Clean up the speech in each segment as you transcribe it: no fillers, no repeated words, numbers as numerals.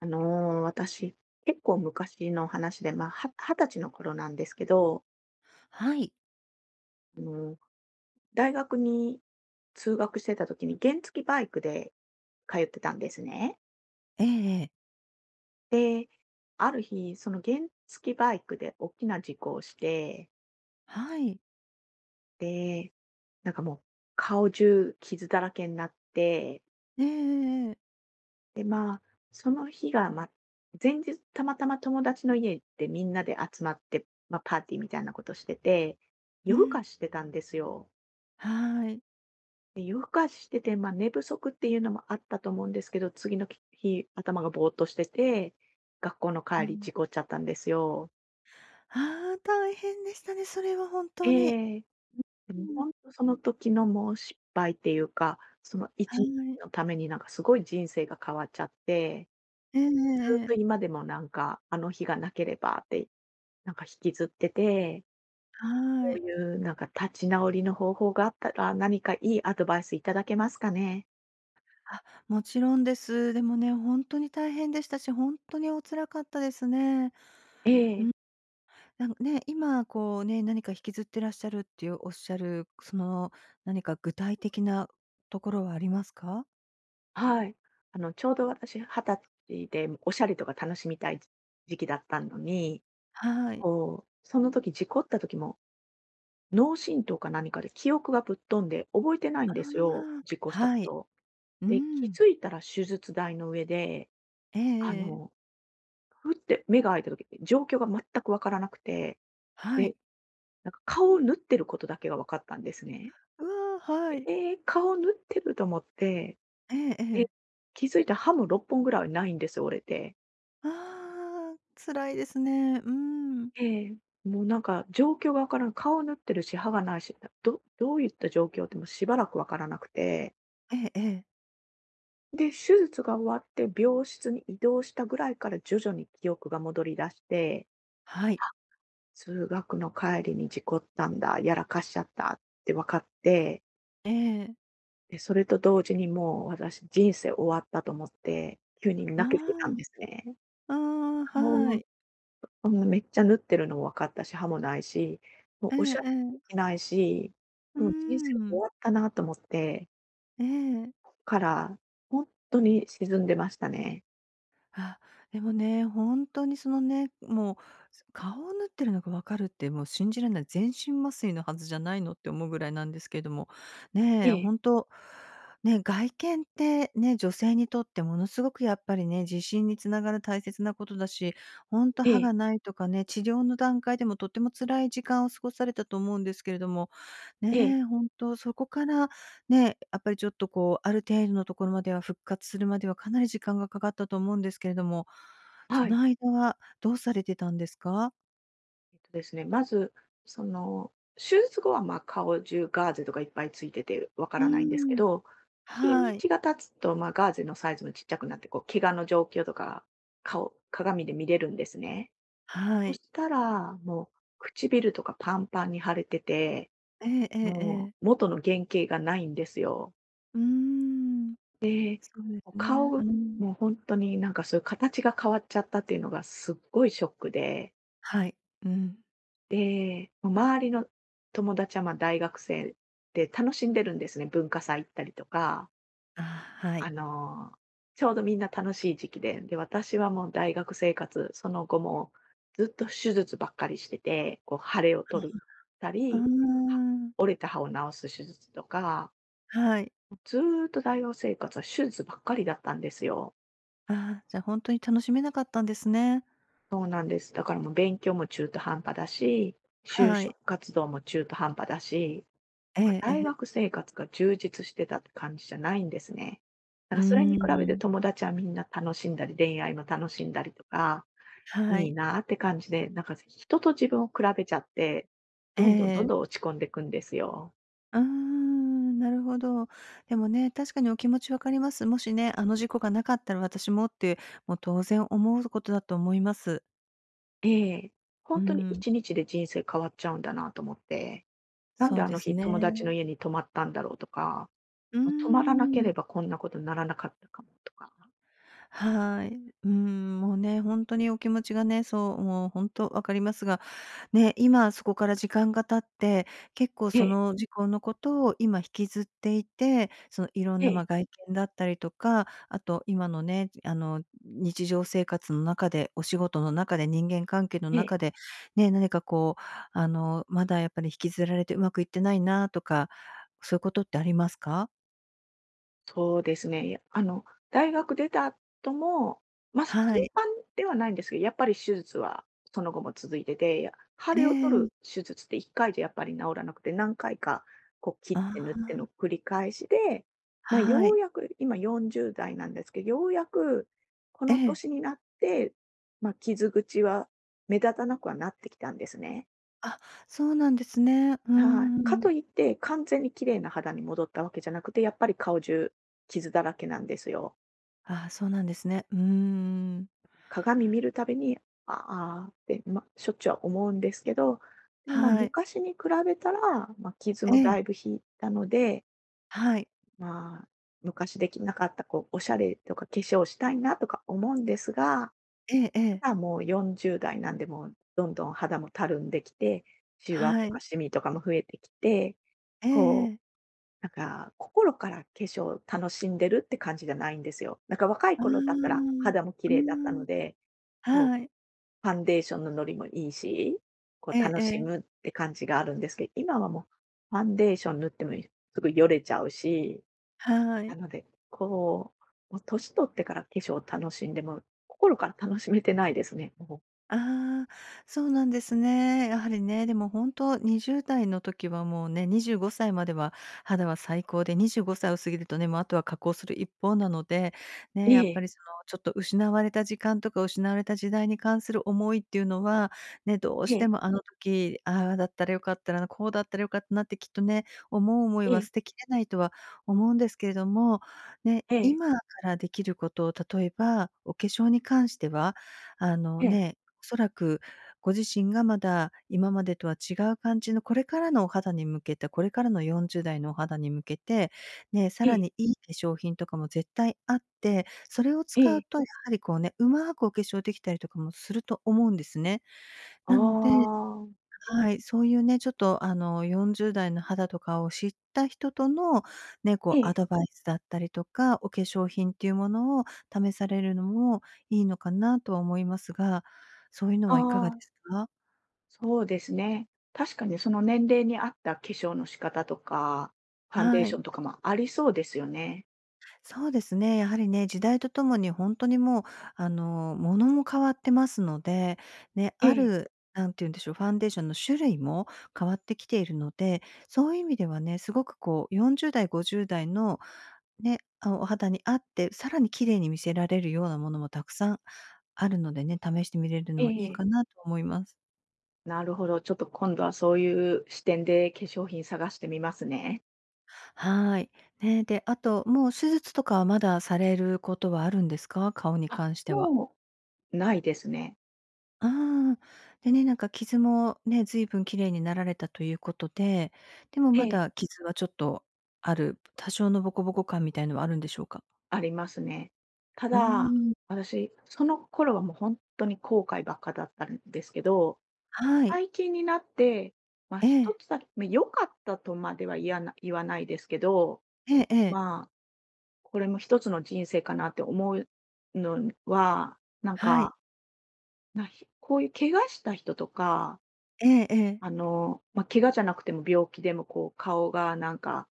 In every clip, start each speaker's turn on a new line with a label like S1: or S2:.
S1: あの私、結構昔の話で、二十歳の頃なんですけど、
S2: はい。
S1: あのー大学に通学してた時に原付バイクで通ってたんですね。
S2: ええええ。
S1: で、ある日、その原付バイクで大きな事故をして、
S2: はい。
S1: で、もう顔中傷だらけになって、
S2: ええええ
S1: で、その日が、前日たまたま友達の家でみんなで集まって、パーティーみたいなことしてて、
S2: う
S1: 夜更か
S2: ん。
S1: ししてたんですよ。
S2: はい。
S1: で、夜更かししてて、寝不足っていうのもあったと思うんですけど、次の日、頭がぼーっとしてて、学校の
S2: う
S1: 帰り
S2: ん。
S1: 事故っちゃったんですよ。
S2: ああ、大変でしたね、それは本当に。
S1: ええ。で
S2: う
S1: も
S2: ん。
S1: 本当その時のもう失敗っていうか、その
S2: は
S1: 1日
S2: い。
S1: のためにすごい人生が変わっちゃって、
S2: えええ
S1: ず
S2: え
S1: っ
S2: え
S1: と
S2: え。
S1: 今でもあの日がなければって引きずってて、
S2: は
S1: そう
S2: い。
S1: いう立ち直りの方法があったら、何かいいアドバイスいただけますかね？
S2: あ、もちろんです。でもね、本当に大変でしたし、本当にお辛かったですね。
S1: ええ、
S2: なんかね、今こうね、何か引きずってらっしゃるっていうおっしゃる、その、何か具体的なところはありますか？
S1: はい。あの、ちょうど私20歳で、おしゃれとか楽しみたい時期だったのに、
S2: はい。
S1: こう、その時事故った時も、脳震盪か何かで記憶がぶっ飛んで覚えてないん
S2: あ
S1: ですよ、
S2: あ、
S1: 事故したこ
S2: はい。
S1: とを。
S2: う
S1: で、気
S2: ん。
S1: づいたら手術台の上で、
S2: ええ
S1: あ
S2: ええ
S1: の、
S2: え。
S1: ふって目が開いた時状況が全くわからなくて、
S2: はい。
S1: で、顔を縫ってることだけが分かったんですね。
S2: うわ、は
S1: で、
S2: い。
S1: ええ、顔縫ってると思って、
S2: えええ
S1: で、
S2: え。
S1: 気づいたら歯も6本ぐらいないんですよ、折れて。
S2: ああ、辛いですね。うーん。
S1: ええ、もう状況がわからん、顔縫ってるし、歯がないし、ういった状況ってもうしばらくわからなくて、
S2: ええええ。
S1: で、手術が終わって病室に移動したぐらいから徐々に記憶が戻り出して、
S2: はい。
S1: 通学の帰りに事故ったんだ、やらかしちゃったって分かって
S2: ええ。
S1: で、それと同時にもう私人生終わったと思って、急に
S2: あ
S1: 泣けていたん
S2: ー
S1: ですね。
S2: ああ、
S1: 顔
S2: は
S1: の
S2: い。
S1: そんなめっちゃ縫ってるのも分かったし、歯もないし、もう
S2: え
S1: お
S2: え
S1: しゃれも
S2: え
S1: で
S2: え。
S1: きないし、
S2: うー
S1: もう人生終
S2: ん。
S1: わったなと思って、
S2: ええ。
S1: からほんとに沈んでましたね。
S2: あ、でもね、本当にそのね、もう、顔を縫ってるのがわかるって、もう信じられない、全身麻酔のはずじゃないのって思うぐらいなんですけれども、ね
S1: え
S2: え、ほ
S1: え、
S2: ね、外見ってね、女性にとってものすごくやっぱりね、自信につながる大切なことだし、本当
S1: え
S2: 歯
S1: え、
S2: がないとかね、治療の段階でもとっても辛い時間を過ごされたと思うんですけれども、
S1: ええ、
S2: ね、本当そこから、ね、やっぱりちょっとこう、ある程度のところまでは復活するまではかなり時間がかかったと思うんですけれども、そ
S1: はい。
S2: の間はどうされてたんですか？
S1: えっとですね、まず、その、手術後は、顔中ガーゼとかいっぱいついててわか
S2: う
S1: らないんです
S2: ー
S1: け
S2: ん、
S1: ど、日
S2: は
S1: にち
S2: い。
S1: が経つと、ガーゼのサイズもちっちゃくなって、こう、怪我の状況とか、顔鏡で見れるんですね。
S2: は
S1: そ
S2: い。
S1: したら、もう唇とかパンパンに腫れてて、
S2: えええええ
S1: も
S2: え。
S1: う元の原型がないんですよ。
S2: うーん、そうで
S1: もう
S2: すね。
S1: 顔、
S2: うん。
S1: もう本当にそういう形が変わっちゃったっていうのがすっごいショックで
S2: はい。うん。
S1: で、周りの友達は、大学生で楽しんでるんですね、文化祭行ったりとか、
S2: ああ、はい。
S1: あの、ちょうどみんな楽しい時期で、で、私はもう大学生活、その後もずっと手術ばっかりしてて、こう腫れを取るた
S2: あ
S1: り、は
S2: あ、
S1: 折れた歯を治す手術とか、
S2: はい。
S1: ずーっと大学生活は手術ばっかりだったんですよ。
S2: ああ、じゃ、ほんとに楽しめなかったんですね。
S1: そうなんです。だからもう勉強も中途半端だし、就
S2: はい。
S1: 職活動も中途半端だし、
S2: えええ
S1: 大
S2: え。
S1: 学生活が充実してたって感じじゃないんですね。だか
S2: うー
S1: らそれに比べて
S2: ん、
S1: 友達はみんな楽しんだり、恋愛も楽しんだりとか、
S2: は
S1: いい
S2: い。
S1: なーって感じで、人と自分を比べちゃって、
S2: え
S1: どんどんどん
S2: え。
S1: どん落ち込んでいくんですよ。
S2: うーん、なるほど。でもね、確かにお気持ちわかります。もしね、あの事故がなかったら私もって、もう当然思うことだと思います。
S1: ええ。
S2: う
S1: 本当に
S2: ん、
S1: 1日で人生変わっちゃうんだなと思って、なん
S2: そ
S1: で
S2: う
S1: あ
S2: で
S1: の
S2: す
S1: 日友達の
S2: ね。
S1: 家に泊まったんだろうとか
S2: う
S1: 止まらなけ
S2: ん。
S1: ればこんなことにならなかったかもとか。
S2: はい。うん、もうね、本当にお気持ちがね、そう、もう本当わかりますが、ね、今そこから時間が経って、結構
S1: え
S2: そ
S1: え、
S2: の時効のことを今引きずっていて、そのいろん
S1: え
S2: な、
S1: え、
S2: ま、外見だったりとか、あと今のね、あの、日常生活の中で、お仕事の中で、人間関係の
S1: ええ、
S2: 中で、ね、何かこう、あの、まだやっぱり引きずられてうまくいってないなとか、そういうことってありますか？
S1: そうですね。いや、大学出た後も、頻
S2: はい。
S1: 繁ではないんですけど、やっぱり手術はその後も続いてて、腫
S2: え
S1: れを取る
S2: え。
S1: 手術って1回じゃやっぱり治らなくて、何回かこう切っ
S2: ああ
S1: て縫っ
S2: ー、
S1: ての繰り返しで、
S2: は
S1: よう
S2: い。
S1: やく今40代なんですけど、ようやくこ
S2: え
S1: の
S2: え。
S1: 年になって、傷口は目立たなくはなってきたんですね。
S2: あ、そうなんですね。うー
S1: はい。か
S2: ん。
S1: といって、完全に綺麗な肌に戻ったわけじゃなくて、やっぱり顔中傷だらけなんですよ。
S2: ああ、そうなんですね。うーん。
S1: 鏡見るたびに、ああーって、しょっちゅうは思うんですけど、
S2: はい。
S1: 昔に比べたら、傷
S2: え
S1: もだ
S2: え、
S1: いぶ引いたので、
S2: はい。
S1: まあ、昔できなかったこうおしゃれとか化粧したいなとか思うんですが、
S2: ええええ。
S1: ただもう40代なんで、もうどんどん肌もたるんできて、シワ
S2: は
S1: と
S2: い。
S1: かシミとかも増えてきて、
S2: ええ
S1: こう、
S2: ええ。
S1: 心から化粧を楽しんでるって感じじゃないんですよ。若い
S2: あ
S1: 頃だったら
S2: あ。
S1: 肌も綺
S2: うー
S1: 麗だったの
S2: ん。
S1: で、こう
S2: はい。
S1: ファンデーションのノりもいいし、こ
S2: え
S1: う
S2: え
S1: 楽
S2: え
S1: しむっ
S2: え。
S1: て感じがあるんですけど、今はもうファンデーション塗ってもすぐよれちゃうし、
S2: は
S1: な
S2: い。
S1: ので、こう、もう年取ってから化粧を楽しんでも、心から楽しめてないですね、もう。
S2: ああ、そうなんですね。やはりね、でも本当20代の時はもうね、25歳までは肌は最高で、25歳を過ぎるとね、もうあとは加工する一方なので、ね、
S1: え
S2: やっぱ
S1: え、
S2: りそのちょっと失われた時間とか失われた時代に関する思いっていうのは、ね、どう
S1: え
S2: して
S1: え、
S2: もあの時、ああだったらよかったな、こうだったらよかったなってきっとね、思う思い
S1: え
S2: は
S1: え、
S2: 捨てきれないとは思うんですけれども、ね、
S1: ええ、
S2: 今からできることを、例えばお化粧に関しては、あの
S1: ええ、
S2: ね、おそらくご自身がまだ今までとは違う感じのこれからのお肌に向けて、これからの40代のお肌に向けて、ね、さ
S1: え
S2: ら
S1: え、
S2: にいい化粧品とかも絶対あって、それを使う
S1: え
S2: と
S1: え。
S2: やはりこうね、うまくお化粧できたりとかもすると思うんですね。
S1: あ
S2: なので
S1: あ。
S2: はい、そういうね、ちょっとあの40代の肌とかを知った人とのね、こ
S1: え
S2: うア
S1: え、
S2: ドバイスだったりとか、お化粧品っていうものを試されるのもいいのかなとは思いますが、そういうの
S1: あ
S2: はいかがで
S1: あ。
S2: すか？
S1: そうですね。確かにその年齢に合った化粧の仕方とか、ファンデー
S2: は
S1: ショ
S2: い。
S1: ンとかもありそうですよね。
S2: そうですね。やはりね、時代とともに本当にもう、あの、ものも変わってますので、ね、
S1: え
S2: あ
S1: え、
S2: る、なんて言うんでしょう、ファンデーションの種類も変わってきているので、そういう意味ではね、すごくこう40代、50代のね、あ、お肌に合って、さらに綺麗に見せられるようなものもたくさんあるのでね、試してみれる
S1: え
S2: のもいい
S1: えええ
S2: かなと思います。
S1: なるほど、ちょっと今度はそういう視点で化粧品探してみますね。
S2: はい。ね、で、あと、もう手術とかはまだされることはあるんですか？顔に
S1: あ、
S2: 関しては。
S1: もうないですね。
S2: ああ、でね、なんか傷もね、随分綺麗になられたということで、でも
S1: え
S2: ま
S1: え、
S2: だ傷はちょっとある、多少のボコボコ感みたいのはあるんでしょうか？
S1: ありますね。た
S2: うー
S1: だ、
S2: ん、
S1: 私、その頃はもう本当に後悔ばっかだったんですけど、
S2: はい。
S1: 最近になって、
S2: え
S1: 一
S2: え、
S1: つだけ、良かったとまでは、言わないですけど、
S2: ええええ、
S1: まあこれも一つの人生かなって思うのは、
S2: はい。
S1: こういう怪我した人とか、
S2: ええええ、
S1: 怪我じゃなくても病気でもこう顔が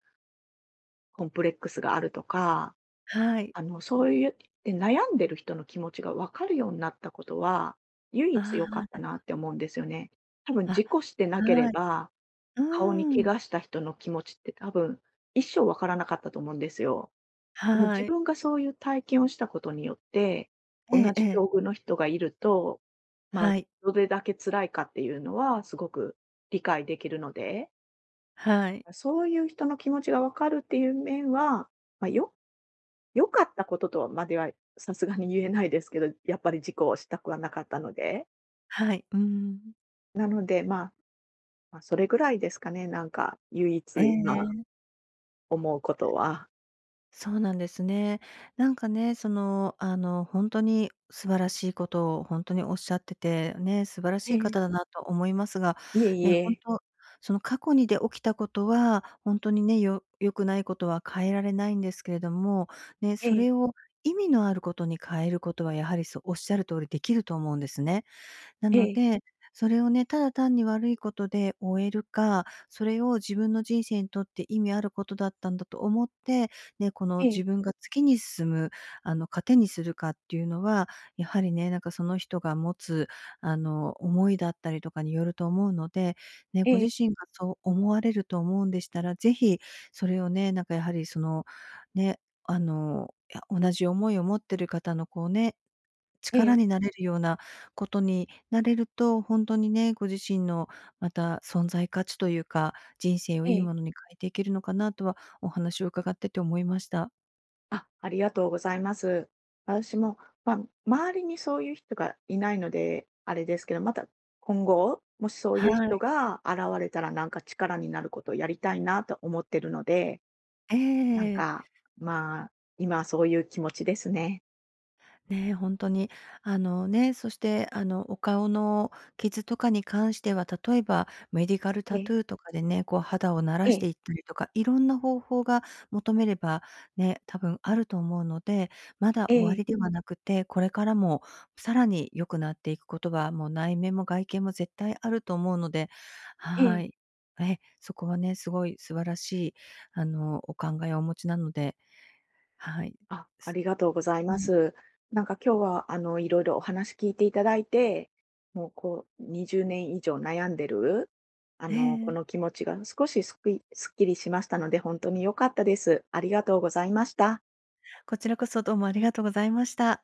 S1: コンプレックスがあるとか、
S2: はい。
S1: そういうで悩んでる人の気持ちがわかるようになったことは、唯
S2: あ
S1: 一良か
S2: あ、
S1: ったなって思うんですよね。多分
S2: あ、
S1: 事故してなけれ
S2: はい。
S1: ば、
S2: う
S1: 顔に怪
S2: ーん、
S1: 我した人の気持ちって多分、一生わからなかったと思うんですよ。でも自
S2: はい。
S1: 分がそういう体験をしたことによって、
S2: え
S1: 同
S2: ええ
S1: じ
S2: え、
S1: 境遇の人がいると、まあ、
S2: はい、
S1: どれだけ辛いかっていうのはすごく理解できるので、
S2: はい、
S1: そういう人の気持ちがわかるっていう面は、まあ、よ良かったこととまではさすがに言えないですけど、やっぱり事故をしたくはなかったので。
S2: はい、うーん。
S1: なので、それぐらいですかね、唯一
S2: ええ
S1: 今
S2: ええ。
S1: 思うことは。
S2: そうなんですね。なんかね、その、あの、本当に素晴らしいことを本当におっしゃってて、ね、素晴らし
S1: え
S2: い
S1: え、
S2: 方だなと思いますが、
S1: いえい
S2: ね、本
S1: え。
S2: 当その過去にで起きたことは、本当にね、良くないことは変えられないんですけれども、ね、
S1: え
S2: そ
S1: え、
S2: れを意味のあることに変えることは、やはりそう、おっしゃる通りできると思うんですね。な
S1: え
S2: の
S1: え、
S2: で、それをね、ただ単に悪いことで終えるか、それを自分の人生にとって意味あることだったんだと思って、ね、この
S1: え
S2: 自
S1: え、
S2: 分が次に進む、あの、糧にするかっていうのは、やはりね、なんかその人が持つ、あの、思いだったりとかによると思うので、ね、ご
S1: ええ、
S2: 自身がそう思われると思うんでしたら、ぜひそれをね、なんかやはりその、ね、あの、いや同じ思いを持ってる方のこうね、
S1: え
S2: 力
S1: え、
S2: になれるようなことになれると、ほんとにね、ご自身のまた存在価値というか、人生を
S1: え
S2: いい
S1: え。
S2: ものに変えていけるのかなとは、お話を伺ってて思いました。
S1: あ、ありがとうございます。私も、まあ、周りにそういう人がいないので、あれですけど、また今後、もしそう
S2: は
S1: いう人
S2: い。
S1: が現れたら力になることをやりたいなと思ってるので、なん
S2: ええ
S1: か、まあ、今はそういう気持ちですね。
S2: ね、本当に。あのね、そして、あの、お顔の傷とかに関しては、例えばメディカル
S1: え
S2: タ
S1: え、
S2: トゥーとかでね、こう肌を慣ら
S1: え
S2: し
S1: え、
S2: ていったりとか、いろんな方法が求めれば、ね、多分あると思うので、まだ
S1: え
S2: 終わ
S1: え、
S2: りではなくて、これからもさらに良くなっていくことは、もう内面も外見も絶対あると思うので、は
S1: え
S2: い。
S1: え。
S2: そこはね、すごい素晴らしい、あの、お考えをお持ちなので、はい。
S1: あ、あ
S2: す
S1: りがとうござい
S2: う
S1: ま
S2: ん、
S1: す。今日はいろいろお話聞いていただいて、もうこう20年以上悩んでる、
S2: え
S1: この
S2: え
S1: 気持ちが少しすっきりしましたので、本当に良かったです。ありがとうございました。
S2: こちらこそどうもありがとうございました。